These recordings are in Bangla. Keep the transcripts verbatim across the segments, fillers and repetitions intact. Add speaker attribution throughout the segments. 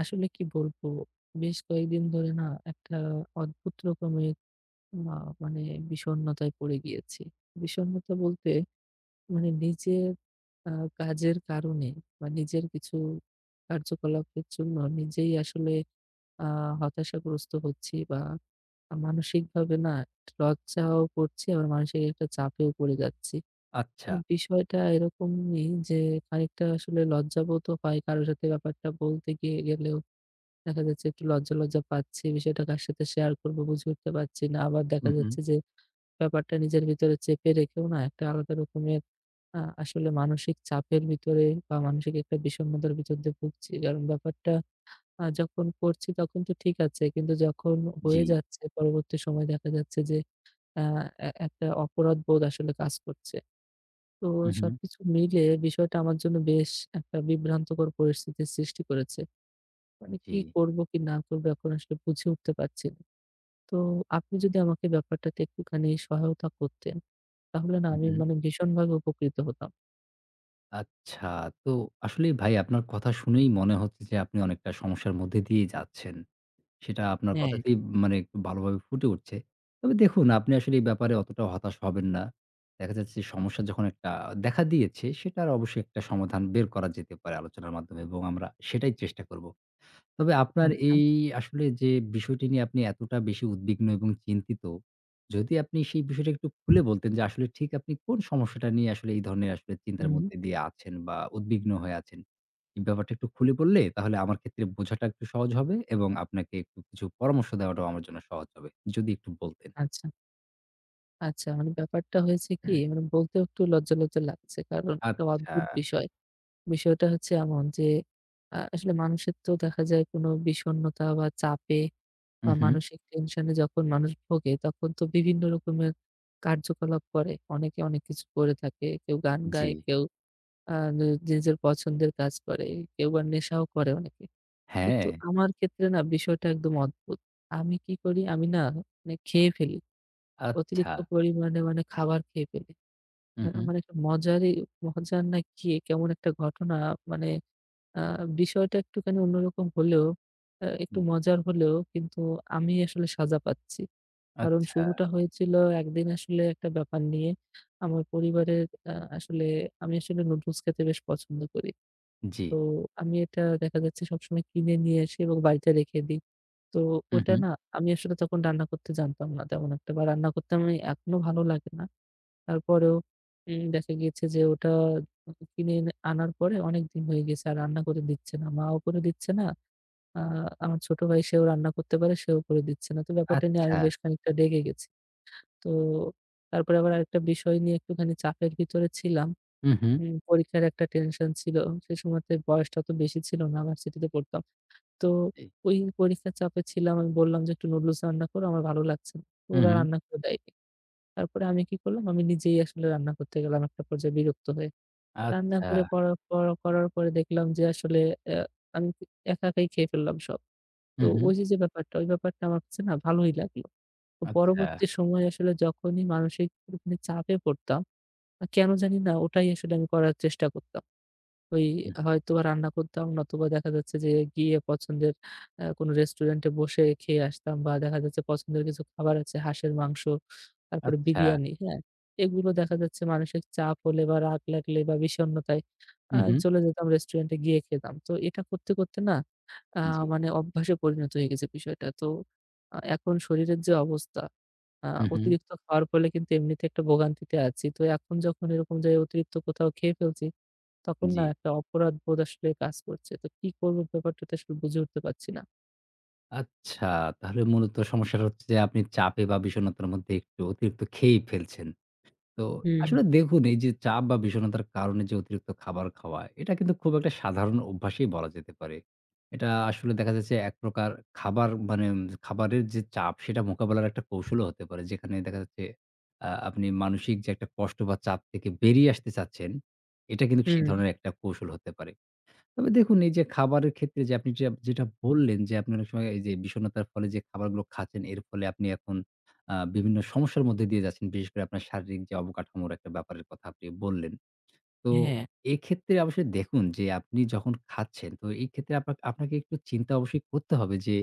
Speaker 1: আসলে কি বলবো? বেশ কয়েকদিন ধরে না একটা অদ্ভুত রকমের মা মানে বিষণ্ণতায় পড়ে গিয়েছি। বিষণ্ণতা বলতে মানে নিজের আ কাজের কারণে বা নিজের কিছু কার্যকলাপের জন্য নিজেই আসলে আ হতাশাগ্রস্ত হচ্ছি বা আ মানসিকভাবে না লজ্জাও করছি আবার মানসিক একটা চাপেও পড়ে যাচ্ছি।
Speaker 2: আচ্ছা।
Speaker 1: মানে বিষয়টা এরকমই যে খানিকটা আসলে লজ্জাবোধও হয় কারো সাথে ব্যাপারটা বলতে গিয়ে গেলেও। দেখা যাচ্ছে একটু লজ্জা, লজ্জা পাচ্ছি। বিষয়টা কার সাথে শেয়ার করব বুঝে উঠতে পারছি না। আবার দেখা
Speaker 2: হুম, হুম।
Speaker 1: যাচ্ছে যে ব্যাপারটা নিজের ভিতরে চেপে রেখেও না একটা আলাদা রকমের আ আসলে মানসিক চাপের ভিতরে বা মানসিক একটা বিষণ্ণতার ভিতর দিয়ে ভুগছি। কারণ ব্যাপারটা আ যখন করছি তখন তো ঠিক আছে। কিন্তু যখন
Speaker 2: জি।
Speaker 1: হয়ে যাচ্ছে পরবর্তী সময়ে দেখা যাচ্ছে যে আ এ একটা অপরাধবোধ আসলে কাজ করছে। তো
Speaker 2: হুম, হুম।
Speaker 1: সবকিছু মিলে বিষয়টা আমার জন্য বেশ একটা বিভ্রান্তকর পরিস্থিতির সৃষ্টি করেছে। মানে
Speaker 2: জি।
Speaker 1: কি করব কি না করব এখন আসলে বুঝে উঠতে পারছি না। তো আপনি যদি আমাকে ব্যাপারটাতে একটুখানি সহায়তা করতেন, তাহলে না
Speaker 2: হুম,
Speaker 1: আমি
Speaker 2: হুম।
Speaker 1: মানে ভীষণভাবে উপকৃত হতাম।
Speaker 2: আচ্ছা। তো আসলেই ভাই আপনার কথা শুনেই মনে হচ্ছে যে আপনি অনেকটা সমস্যার মধ্যে দিয়েই যাচ্ছেন। সেটা আপনার
Speaker 1: হ্যাঁ,
Speaker 2: কথাতেই মানে একটু ভালোভাবে ফুটে উঠছে। তবে দেখুন আপনি আসলে এই ব্যাপারে অতটাও হতাশ হবেন না। দেখা যাচ্ছে যে সমস্যা যখন একটা দেখা দিয়েছে সেটার অবশ্যই একটা সমাধান বের করা যেতে পারে আলোচনার মাধ্যমে এবং আমরা সেটাই চেষ্টা করব। তবে আপনার
Speaker 1: আচ্ছা।
Speaker 2: এই আসলে যে বিষয়টি নিয়ে আপনি এতটা বেশি উদ্বিগ্ন এবং চিন্তিত, যদি আপনি সেই বিষয়টা একটু খুলে বলতেন যে আসলে ঠিক আপনি কোন সমস্যাটা নিয়ে আসলে এই ধরনের আসলে চিন্তার
Speaker 1: হুম।
Speaker 2: মধ্যে দিয়ে আছেন বা উদ্বিগ্ন হয়ে আছেন? এই ব্যাপারটা একটু খুলে বললে তাহলে আমার ক্ষেত্রে বোঝাটা একটু সহজ হবে এবং আপনাকে একটু কিছু পরামর্শ দেওয়াটাও আমার জন্য সহজ হবে। যদি একটু বলতেন।
Speaker 1: আচ্ছা, আচ্ছা। মানে ব্যাপারটা হয়েছে কি মানে বলতেও একটু লজ্জা, লজ্জা লাগছে। কারণ একটা
Speaker 2: আচ্ছা।
Speaker 1: অদ্ভুত বিষয়। বিষয়টা হচ্ছে এমন যে আ আসলে মানুষের তো দেখা যায় কোনো বিষণ্ণতা বা চাপে বা
Speaker 2: হুম, হুম।
Speaker 1: মানসিক টেনশনে যখন মানুষ ভোগে তখন তো বিভিন্ন রকমের কার্যকলাপ করে। অনেকে অনেক কিছু করে থাকে। কেউ গান
Speaker 2: জি।
Speaker 1: গায়, কেউ আ নি নিজের পছন্দের কাজ করে, কেউ বা নেশাও করে অনেকে। কিন্তু
Speaker 2: হ্যাঁ।
Speaker 1: আমার ক্ষেত্রে না বিষয়টা একদম অদ্ভুত। আমি কি করি? আমি না মানে খেয়ে ফেলি।
Speaker 2: আচ্ছা।
Speaker 1: অতিরিক্ত পরিমাণে মানে খাবার খেয়ে ফেলি।
Speaker 2: হুম,
Speaker 1: আ
Speaker 2: হুম।
Speaker 1: মানে একটা মজারই মজার না কি কেমন একটা ঘটনা মানে আ বিষয়টা একটুখানি অন্যরকম হলেও আ একটু
Speaker 2: হুম।
Speaker 1: মজার হলেও কিন্তু আমি আসলে সাজা পাচ্ছি। কারণ
Speaker 2: আচ্ছা।
Speaker 1: শুরুটা হয়েছিল একদিন আসলে একটা ব্যাপার নিয়ে। আমার পরিবারের আ আসলে আমি আসলে নুডলস খেতে বেশ পছন্দ করি।
Speaker 2: জি।
Speaker 1: তো আমি এটা দেখা যাচ্ছে সবসময় কিনে নিয়ে আসি এবং বাড়িতে রেখে দিই। তো
Speaker 2: হুম,
Speaker 1: ওটা
Speaker 2: হুম।
Speaker 1: না আমি আসলে তখন রান্না করতে জানতাম না তেমন একটা বা রান্না করতে আমি এখনো ভালো লাগে না। তারপরেও উম দেখা গিয়েছে যে ওটা কিনে এনে আনার পরে অনেকদিন হয়ে গেছে আর রান্না করে দিচ্ছে না। মাও করে দিচ্ছে না। আ আমার ছোট ভাই সেও রান্না করতে পারে, সেও করে দিচ্ছে না। তো ব্যাপারটা নিয়ে আমি
Speaker 2: আচ্ছা।
Speaker 1: বেশ খানিকটা রেগে গেছি। তো তারপরে আবার আরেকটা বিষয় নিয়ে একটুখানি চাপের ভিতরে ছিলাম।
Speaker 2: হুম, হুম।
Speaker 1: উম পরীক্ষার একটা টেনশন ছিল। সে সময়তে বয়সটা অত বেশি ছিল না, ভার্সিটিতে পড়তাম। তো
Speaker 2: জি।
Speaker 1: ওই পরীক্ষার চাপে ছিলাম। আমি বললাম যে, "একটু নুডলস রান্না করো, আমার ভালো লাগছে না।" তো
Speaker 2: হুম,
Speaker 1: ওরা
Speaker 2: হুম।
Speaker 1: রান্না করে দেয়নি। তারপরে আমি কি করলাম? আমি নিজেই আসলে রান্না করতে গেলাম একটা পর্যায়ে বিরক্ত হয়ে। রান্না
Speaker 2: আচ্ছা।
Speaker 1: করে পড়ার পর করার পরে দেখলাম যে আসলে অ্যা আমি একা একাই খেয়ে ফেললাম সব।
Speaker 2: হু,
Speaker 1: তো
Speaker 2: হু।
Speaker 1: ওই যে, যে ব্যাপারটা, ওই ব্যাপারটা আমার কাছে না ভালোই লাগলো। তো
Speaker 2: আচ্ছা।
Speaker 1: পরবর্তী সময়ে আসলে যখনই মানসিক কোনো চাপে পড়তাম, আ কেন জানি না ওটাই আসলে আমি করার চেষ্টা করতাম। ওই
Speaker 2: হুম,
Speaker 1: হয়তোবা রান্না করতাম নতুবা দেখা যাচ্ছে যে গিয়ে পছন্দের আ কোনো রেস্টুরেন্টে বসে খেয়ে আসতাম বা দেখা যাচ্ছে পছন্দের কিছু খাবার আছে হাঁসের মাংস, তারপরে
Speaker 2: আচ্ছা।
Speaker 1: বিরিয়ানি, হ্যাঁ? এগুলো দেখা যাচ্ছে মানসিক চাপ হলে বা রাগ লাগলে বা বিষণ্ণতায় আ
Speaker 2: হু, হু।
Speaker 1: চলে যেতাম রেস্টুরেন্টে গিয়ে খেতাম। তো এটা করতে, করতে না আ
Speaker 2: জি।
Speaker 1: মানে অভ্যাসে পরিণত হয়ে গেছে বিষয়টা। তো আ এখন শরীরের যে অবস্থা আ
Speaker 2: হু, হু।
Speaker 1: অতিরিক্ত খাওয়ার ফলে কিন্তু এমনিতে একটা ভোগান্তিতে আছি। তো এখন যখন এরকম যে অতিরিক্ত কোথাও খেয়ে ফেলছি তখন
Speaker 2: জি।
Speaker 1: না একটা অপরাধবোধ আসলে কাজ করছে। তো কি করব ব্যাপারটাতে আসলে বুঝে উঠতে পারছি না।
Speaker 2: আচ্ছা। তাহলে মূলত সমস্যাটা হচ্ছে যে আপনি চাপে বা বিষণ্ণতার মধ্যে একটু অতিরিক্ত খেয়েই ফেলছেন। তো
Speaker 1: হুম,
Speaker 2: আসলে
Speaker 1: হুম,
Speaker 2: দেখুন এই যে চাপ বা বিষণ্ণতার কারণে যে অতিরিক্ত খাবার খাওয়া, এটা কিন্তু খুব একটা সাধারণ অভ্যাসই বলা যেতে পারে। এটা আসলে দেখা যাচ্ছে এক প্রকার খাবার মানে উম খাবারের যে চাপ সেটা মোকাবেলার একটা কৌশলও হতে পারে। যেখানে দেখা যাচ্ছে আ আপনি মানসিক যে একটা কষ্ট বা চাপ থেকে বেরিয়ে আসতে চাচ্ছেন, এটা কিন্তু সেই
Speaker 1: হুম।
Speaker 2: ধরনের একটা কৌশল হতে পারে। তবে দেখুন এই যে খাবারের ক্ষেত্রে যে আপনি যে যেটা বললেন যে আপনি অনেক সময় এই যে বিষণ্ণতার ফলে যে খাবারগুলো খাচ্ছেন এর ফলে আপনি এখন আ বিভিন্ন সমস্যার মধ্যে দিয়ে যাচ্ছেন। বিশেষ করে আপনার শারীরিক যে অবকাঠামোর একটা ব্যাপারের কথা আপনি বললেন। তো
Speaker 1: হ্যাঁ,
Speaker 2: এক্ষেত্রে অবশ্যই দেখুন যে আপনি যখন খাচ্ছেন তো এই ক্ষেত্রে আপনা আপনাকে একটু চিন্তা অবশ্যই করতে হবে যে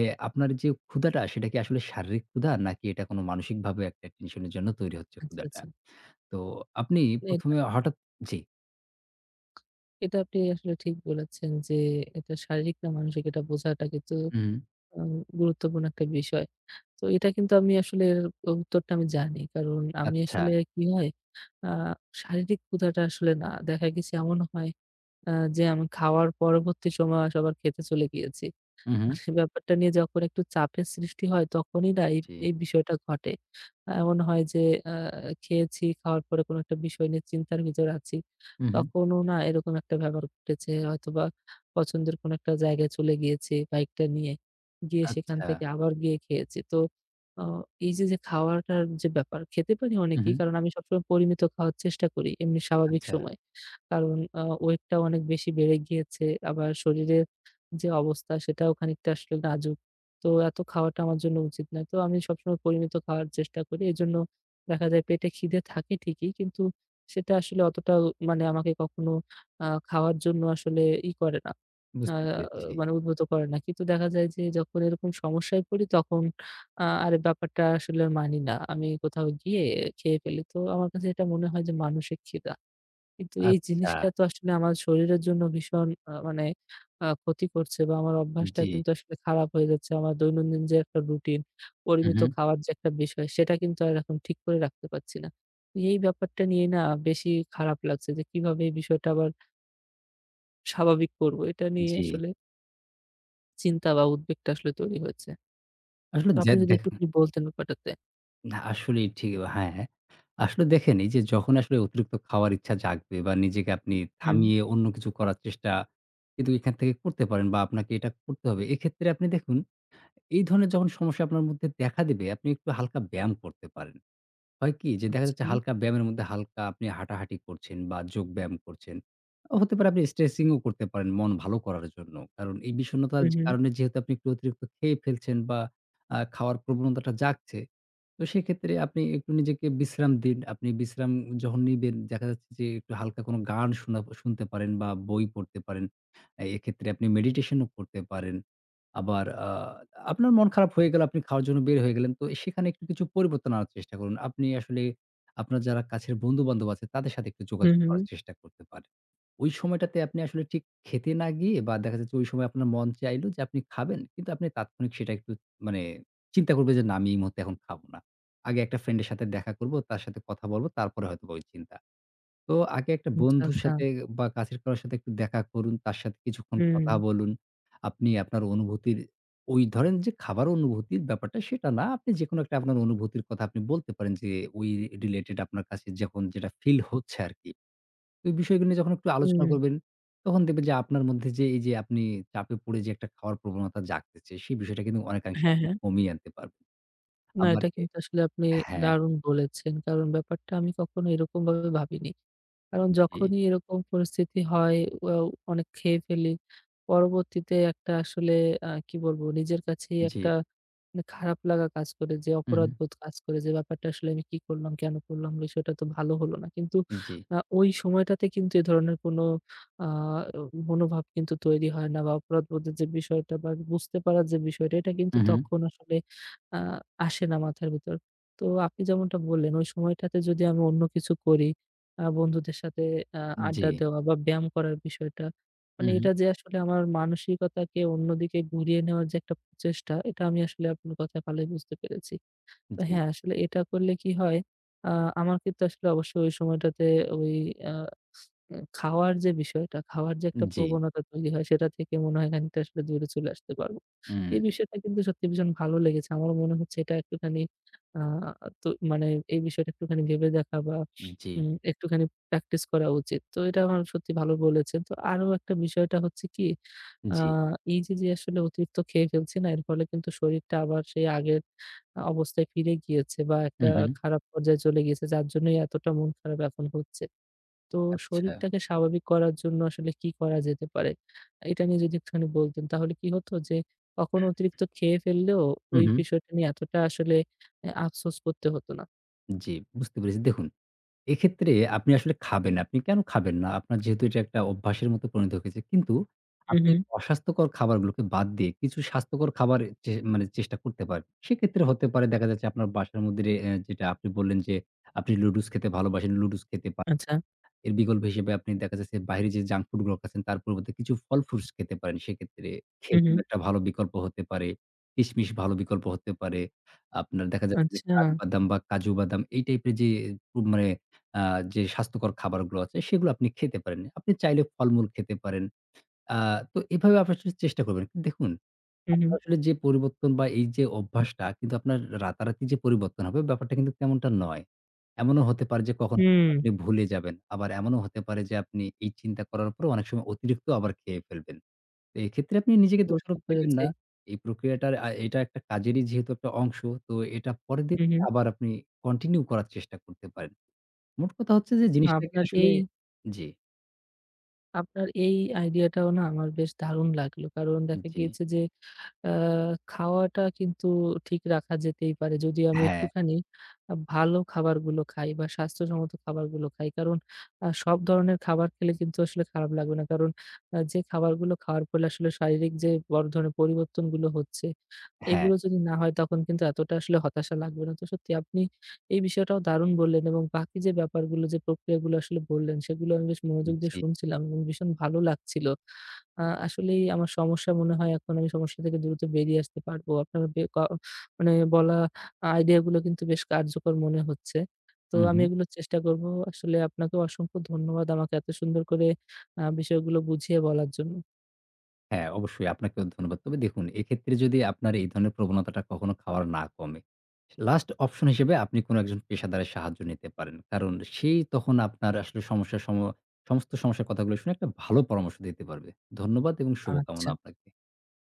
Speaker 2: এ আপনার যে ক্ষুধাটা সেটা কি আসলে শারীরিক ক্ষুধা নাকি এটা কোনো মানসিকভাবে একটা টেনশনের জন্য তৈরি হচ্ছে
Speaker 1: আচ্ছা,
Speaker 2: ক্ষুধাটা।
Speaker 1: আচ্ছা।
Speaker 2: তো আপনি
Speaker 1: না,
Speaker 2: প্রথম
Speaker 1: এটা
Speaker 2: এ হঠাৎ জি।
Speaker 1: এটা আপনি আসলে ঠিক বলেছেন যে এটা শারীরিক না মানসিক এটা বোঝাটা কিন্তু
Speaker 2: হুম,
Speaker 1: উম গুরুত্বপূর্ণ একটা বিষয়। তো এটা কিন্তু আমি আসলে এর উত্তরটা আমি জানি। কারণ আমি
Speaker 2: আচ্ছা।
Speaker 1: আসলে কি হয় আ শারীরিক ক্ষুধাটা আসলে না। দেখা গেছে এমন হয় আ যে আমি খাওয়ার পরবর্তী সময় আবার খেতে চলে গিয়েছি।
Speaker 2: উহু,
Speaker 1: মানে ব্যাপারটা নিয়ে যখন একটু চাপের সৃষ্টি হয় তখনই না এই,
Speaker 2: জি।
Speaker 1: এই বিষয়টা ঘটে। আহ এমন হয় যে আ খেয়েছি, খাওয়ার পরে কোনো একটা বিষয় নিয়ে চিন্তার ভিতর আছি।
Speaker 2: উহু।
Speaker 1: তখনও না এরকম একটা ব্যাপার ঘটেছে হয়তোবা পছন্দের কোনো একটা জায়গায় চলে গিয়েছি বাইকটা নিয়ে। গিয়ে সেখান
Speaker 2: আচ্ছা।
Speaker 1: থেকে আবার গিয়ে খেয়েছি। তো অ এই যে, যে খাওয়াটার যে ব্যাপার খেতে পারি
Speaker 2: হু, হু।
Speaker 1: অনেকই কারণ আমি সবসময় পরিমিত খাওয়ার চেষ্টা করি এমনি স্বাভাবিক
Speaker 2: আচ্ছা,
Speaker 1: সময়ে। কারণ আ ওয়েটটাও অনেক বেশি বেড়ে গিয়েছে। আবার শরীরের যে অবস্থা সেটাও খানিকটা আসলে নাজুক। তো এত খাওয়াটা আমার জন্য উচিত না। তো আমি সবসময় পরিমিত খাওয়ার চেষ্টা করি। এজন্য দেখা যায় পেটে খিদে থাকে ঠিকই কিন্তু সেটা আসলে অতটাও মানে আমাকে কখনো আ খাওয়ার জন্য আসলে ই করে না। আ
Speaker 2: বুঝতে পেরেছি।
Speaker 1: মানে উদ্বুদ্ধ করে না। কিন্তু দেখা যায় যে যখন এরকম সমস্যায় পড়ি তখন আ আর এই ব্যাপারটা আসলে আর মানি না। আমি কোথাও গিয়ে খেয়ে ফেলি। তো আমার কাছে এটা মনে হয় যে মানসিক খিদা। কিন্তু এই
Speaker 2: আচ্ছা,
Speaker 1: জিনিসটা তো আসলে আমার শরীরের জন্য ভীষণ আ মানে আ ক্ষতি করছে বা আমার অভ্যাসটা
Speaker 2: জি।
Speaker 1: কিন্তু আসলে খারাপ হয়ে যাচ্ছে। আমার দৈনন্দিন যে একটা রুটিন,
Speaker 2: হু,
Speaker 1: পরিমিত
Speaker 2: হু।
Speaker 1: খাওয়ার যে একটা বিষয় সেটা কিন্তু আর এখন ঠিক করে রাখতে পারছি না। তো এই ব্যাপারটা নিয়ে না বেশি খারাপ লাগছে যে কিভাবে এই বিষয়টা আবার স্বাভাবিক করব। এটা নিয়ে
Speaker 2: জি।
Speaker 1: আসলে চিন্তা বা উদ্বেগটা আসলে তৈরি হয়েছে।
Speaker 2: আসলে
Speaker 1: তো
Speaker 2: যে
Speaker 1: আপনি যদি
Speaker 2: দেখ
Speaker 1: একটুখানি বলতেন ব্যাপারটাতে।
Speaker 2: না আসলেই ঠিক হ্যাঁ, হ্যাঁ। আসলে দেখেন এই যে যখন আসলে অতিরিক্ত খাওয়ার ইচ্ছা জাগবে বা নিজেকে আপনি
Speaker 1: হুম,
Speaker 2: থামিয়ে অন্য কিছু করার চেষ্টা কিন্তু এখান থেকে করতে পারেন বা আপনাকে এটা করতে হবে। এক্ষেত্রে আপনি দেখুন এই ধরনের যখন সমস্যা আপনার মধ্যে দেখা দিবে আপনি একটু হালকা ব্যায়াম করতে পারেন। হয় কি যে দেখা
Speaker 1: আচ্ছা।
Speaker 2: যাচ্ছে হালকা ব্যায়ামের মধ্যে হালকা আপনি হাঁটাহাঁটি করছেন বা যোগ ব্যায়াম করছেন। হতে পারে আপনি স্ট্রেচিং ও করতে পারেন মন ভালো করার জন্য। কারণ এই
Speaker 1: হু,
Speaker 2: বিষণ্ণতার
Speaker 1: হু।
Speaker 2: কারণে যেহেতু আপনি একটু অতিরিক্ত খেয়ে ফেলছেন বা আ খাওয়ার প্রবণতাটা জাগছে। তো সেক্ষেত্রে আপনি একটু নিজেকে বিশ্রাম দিন। আপনি বিশ্রাম যখন নিবেন দেখা যাচ্ছে যে একটু হালকা কোনো গান শোনা শুনতে পারেন বা বই পড়তে পারেন। এ এক্ষেত্রে আপনি মেডিটেশন ও করতে পারেন। আবার আ আপনার মন খারাপ হয়ে গেল, আপনি খাওয়ার জন্য বের হয়ে গেলেন। তো সেখানে একটু কিছু পরিবর্তন আনার চেষ্টা করুন। আপনি আসলে আপনার যারা কাছের বন্ধু-বান্ধব আছে তাদের সাথে একটু
Speaker 1: হু,
Speaker 2: যোগাযোগ
Speaker 1: হু।
Speaker 2: করার চেষ্টা করতে পারেন। ওই সময়টাতে আপনি আসলে ঠিক খেতে না গিয়ে বা দেখা যাচ্ছে ওই সময় আপনার মন চাইলো যে আপনি খাবেন। কিন্তু আপনি তাৎক্ষণিক সেটা একটু মানে চিন্তা করবেন যে, "না আমি এই মুহূর্তে এখন খাবো না। আগে একটা ফ্রেন্ড এর সাথে দেখা করব, তার সাথে কথা বলব, তারপরে হয়তোবা ওই চিন্তা।" তো আগে একটা
Speaker 1: আচ্ছা,
Speaker 2: বন্ধুর
Speaker 1: আচ্ছা।
Speaker 2: সাথে বা কাছের কারো সাথে একটু দেখা করুন। তার সাথে কিছুক্ষণ
Speaker 1: হুম,
Speaker 2: কথা বলুন। আপনি আপনার অনুভূতির ওই ধরেন যে খাবার অনুভূতির ব্যাপারটা সেটা না। আপনি যেকোনো একটা আপনার অনুভূতির কথা আপনি বলতে পারেন যে ওই রিলেটেড আপনার কাছে যখন যেটা ফিল হচ্ছে আরকি। ওই বিষয়গুলো নিয়ে যখন একটু আলোচনা
Speaker 1: হুম।
Speaker 2: করবেন, তখন দেখবেন যে আপনার মধ্যে যে এই যে আপনি চাপে পড়ে যে একটা খাওয়ার প্রবণতা জাগতেছে, সেই বিষয়টা কিন্তু অনেকাংশে
Speaker 1: হ্যাঁ,
Speaker 2: আপনি
Speaker 1: হ্যাঁ।
Speaker 2: কমিয়ে আনতে পারবেন।
Speaker 1: না,
Speaker 2: আবার
Speaker 1: এটা
Speaker 2: এ
Speaker 1: কিন্তু আসলে আপনি
Speaker 2: হ্যাঁ,
Speaker 1: দারুণ বলেছেন। কারণ ব্যাপারটা আমি কখনো এরকমভাবে ভাবিনি। কারণ
Speaker 2: জি,
Speaker 1: যখনই এরকম পরিস্থিতি হয় ওয়াও অনেক খেয়ে ফেলি। পরবর্তীতে একটা আসলে আ কি বলবো নিজের কাছেই
Speaker 2: জি।
Speaker 1: একটা মানে খারাপ লাগা কাজ করে যে
Speaker 2: উহু,
Speaker 1: অপরাধবোধ কাজ করে যে ব্যাপারটা আসলে আমি কি করলাম, কেন করলাম বিষয়টা তো ভালো হলো না। কিন্তু
Speaker 2: জি।
Speaker 1: আ ওই সময়টাতে কিন্তু এ ধরনের কোনো আ মনোভাব কিন্তু তৈরি হয় না বা অপরাধবোধের যে বিষয়টা বা বুঝতে পারার যে বিষয়টা এটা কিন্তু
Speaker 2: উহু,
Speaker 1: তখন আসলে আ আসে না মাথার ভিতর। তো আপনি যেমনটা বললেন ওই সময়টাতে যদি আমি অন্য কিছু করি, আ বন্ধুদের সাথে আ
Speaker 2: জি,
Speaker 1: আড্ডা দেওয়া বা ব্যায়াম করার বিষয়টা, মানে
Speaker 2: উহু,
Speaker 1: এটা যে আসলে আমার মানসিকতাকে অন্যদিকে ঘুরিয়ে নেওয়ার যে একটা প্রচেষ্টা, এটা আমি আসলে আপনার কথায় ভালোই বুঝতে পেরেছি। তো
Speaker 2: জি।
Speaker 1: হ্যাঁ, আসলে এটা করলে কি হয়, আ আমার কিন্তু আসলে অবশ্যই ওই সময়টাতে ওই আ উম খাওয়ার যে বিষয়টা, খাওয়ার যে একটা
Speaker 2: জি,
Speaker 1: প্রবণতা তৈরি হয় সেটা থেকে মনে হয় খানিকটা আসলে দূরে চলে আসতে পারবো। এই
Speaker 2: উম
Speaker 1: বিষয়টা কিন্তু সত্যি ভীষণ ভালো লেগেছে। আমারও মনে হচ্ছে এটা একটুখানি আ তো মানে এই বিষয়টা একটুখানি ভেবে দেখা বা
Speaker 2: জি,
Speaker 1: উম একটুখানি প্র্যাকটিস করা উচিত। তো এটা আমার সত্যি ভালো বলেছেন। তো আরো একটা বিষয়টা হচ্ছে কি, আ
Speaker 2: জি।
Speaker 1: এই যে, যে আসলে অতিরিক্ত খেয়ে ফেলছি না এর ফলে কিন্তু শরীরটা আবার সেই আগের অবস্থায় ফিরে গিয়েছে বা
Speaker 2: হু,
Speaker 1: একটা
Speaker 2: হু।
Speaker 1: খারাপ পর্যায়ে চলে গিয়েছে যার জন্যই এতটা মন খারাপ এখন হচ্ছে। তো
Speaker 2: আচ্ছা।
Speaker 1: শরীরটাকে স্বাভাবিক করার জন্য আসলে কি করা যেতে পারে? এটা নিয়ে যদি একটুখানি বলতেন তাহলে কি হতো যে কখনো অতিরিক্ত খেয়ে ফেললেও
Speaker 2: হু,
Speaker 1: ওই
Speaker 2: হু।
Speaker 1: বিষয়টা নিয়ে এতটা আসলে অ্যা আফসোস করতে হতো না।
Speaker 2: জি, বুঝতে পেরেছি। দেখুন, এক্ষেত্রে আপনি আসলে খাবেন। আপনি কেন খাবেন না? আপনার যেহেতু এটা একটা অভ্যাসের মতো পরিণত হয়েছে। কিন্তু
Speaker 1: হু,
Speaker 2: আপনি
Speaker 1: হু।
Speaker 2: অস্বাস্থ্যকর খাবারগুলোকে বাদ দিয়ে কিছু স্বাস্থ্যকর খাবার চে মানে চেষ্টা করতে পারেন। সেক্ষেত্রে হতে পারে দেখা যাচ্ছে আপনার বাসার মধ্যে রে অ্যা যেটা আপনি বললেন যে আপনি লুডুস খেতে ভালোবাসেন, লুডুস খেতে পারেন।
Speaker 1: আচ্ছা।
Speaker 2: এর বিকল্প হিসেবে আপনি দেখা যাচ্ছে বাইরে যে জাঙ্ক ফুড গুলো খাচ্ছেন তার পরিবর্তে কিছু ফল ফ্রুটস খেতে পারেন। সেক্ষেত্রে
Speaker 1: হু, হু।
Speaker 2: খেজুর একটা ভালো বিকল্প হতে পারে। কিশমিশ ভালো বিকল্প হতে পারে। আপনার দেখা যাচ্ছে যে
Speaker 1: আচ্ছা।
Speaker 2: কাঠবাদাম বা কাজু বাদাম এই টাইপের যে উ মানে আ যে স্বাস্থ্যকর খাবারগুলো আছে সেগুলো আপনি খেতে পারেন। আপনি চাইলে ফলমূল খেতে পারেন। আ তো এভাবে আপনার চেষ্টা করবেন। দেখুন
Speaker 1: হু, হু।
Speaker 2: আপনার আসলে যে পরিবর্তন বা এই যে অভ্যাসটা কিন্তু আপনার রাতারাতি যে পরিবর্তন হবে ব্যাপারটা কিন্তু তেমনটা নয়। এমনও হতে পারে যে কখনো
Speaker 1: হুম।
Speaker 2: আপনি ভুলে যাবেন। আবার এমনও হতে পারে যে আপনি এই চিন্তা করার পরেও অনেক সময় অতিরিক্ত আবার খেয়ে ফেলবেন। তো এক্ষেত্রে আপনি নিজেকে
Speaker 1: বুঝতে
Speaker 2: দোষারোপ দিবেন
Speaker 1: পেরেছি।
Speaker 2: না। এই প্রক্রিয়াটার আ এটা একটা কাজেরই যেহেতু একটা অংশ তো এটা পরের দিন
Speaker 1: হু, হু।
Speaker 2: থেকে আবার আপনি কন্টিনিউ করার চেষ্টা করতে পারেন। মোট কথা হচ্ছে যে
Speaker 1: না
Speaker 2: জিনিসটাকে
Speaker 1: আপনার
Speaker 2: আসলে
Speaker 1: এই
Speaker 2: জি,
Speaker 1: আপনার এই আইডিয়াটাও না আমার বেশ দারুণ লাগলো। কারণ দেখা
Speaker 2: জি।
Speaker 1: গিয়েছে যে আ খাওয়াটা কিন্তু ঠিক রাখা যেতেই পারে। যদি আমি
Speaker 2: হ্যাঁ,
Speaker 1: একটুখানি আ ভালো খাবারগুলো খাই বা স্বাস্থ্যসম্মত খাবারগুলো খাই। কারণ আ সব ধরনের খাবার খেলে কিন্তু আসলে খারাপ লাগবে না। কারণ আ যে খাবারগুলো খাওয়ার ফলে আসলে শারীরিক যে বড় ধরনের পরিবর্তনগুলো হচ্ছে,
Speaker 2: হ্যাঁ,
Speaker 1: এগুলো যদি না হয় তখন কিন্তু এতটা আসলে হতাশা লাগবে না। তো সত্যি আপনি এই বিষয়টাও দারুণ বললেন এবং বাকি যে ব্যাপারগুলো যে প্রক্রিয়াগুলো আসলে বললেন সেগুলো আমি বেশ মনোযোগ দিয়ে
Speaker 2: জি।
Speaker 1: শুনছিলাম এবং ভীষণ ভালো লাগছিল। আ আসলেই আমার সমস্যা মনে হয় এখন আমি সমস্যা থেকে দ্রুত বেরিয়ে আসতে পারবো। আপনার বে ক মানে বলা আইডিয়া গুলো কিন্তু বেশ কার্যকর মনে হচ্ছে। তো আমি
Speaker 2: উহু।
Speaker 1: এগুলো চেষ্টা করব। আসলে আপনাকেও অসংখ্য ধন্যবাদ আমাকে এত সুন্দর করে আ বিষয়গুলো বুঝিয়ে বলার জন্য।
Speaker 2: হ্যাঁ, অবশ্যই আপনাকেও ধন্যবাদ। তবে দেখুন এক্ষেত্রে যদি আপনার এই ধরনের প্রবণতাটা কখনো খাওয়ার না কমে, লাস্ট অপশন হিসেবে আপনি কোনো একজন পেশাদারের সাহায্য নিতে পারেন। কারণ সেই তখন আপনার আসলে সমস্যার সম সমস্ত সমস্যার কথাগুলো শুনে একটা ভালো পরামর্শ দিতে পারবে। ধন্যবাদ এবং শুভকামনা
Speaker 1: আচ্ছা।
Speaker 2: আপনাকে।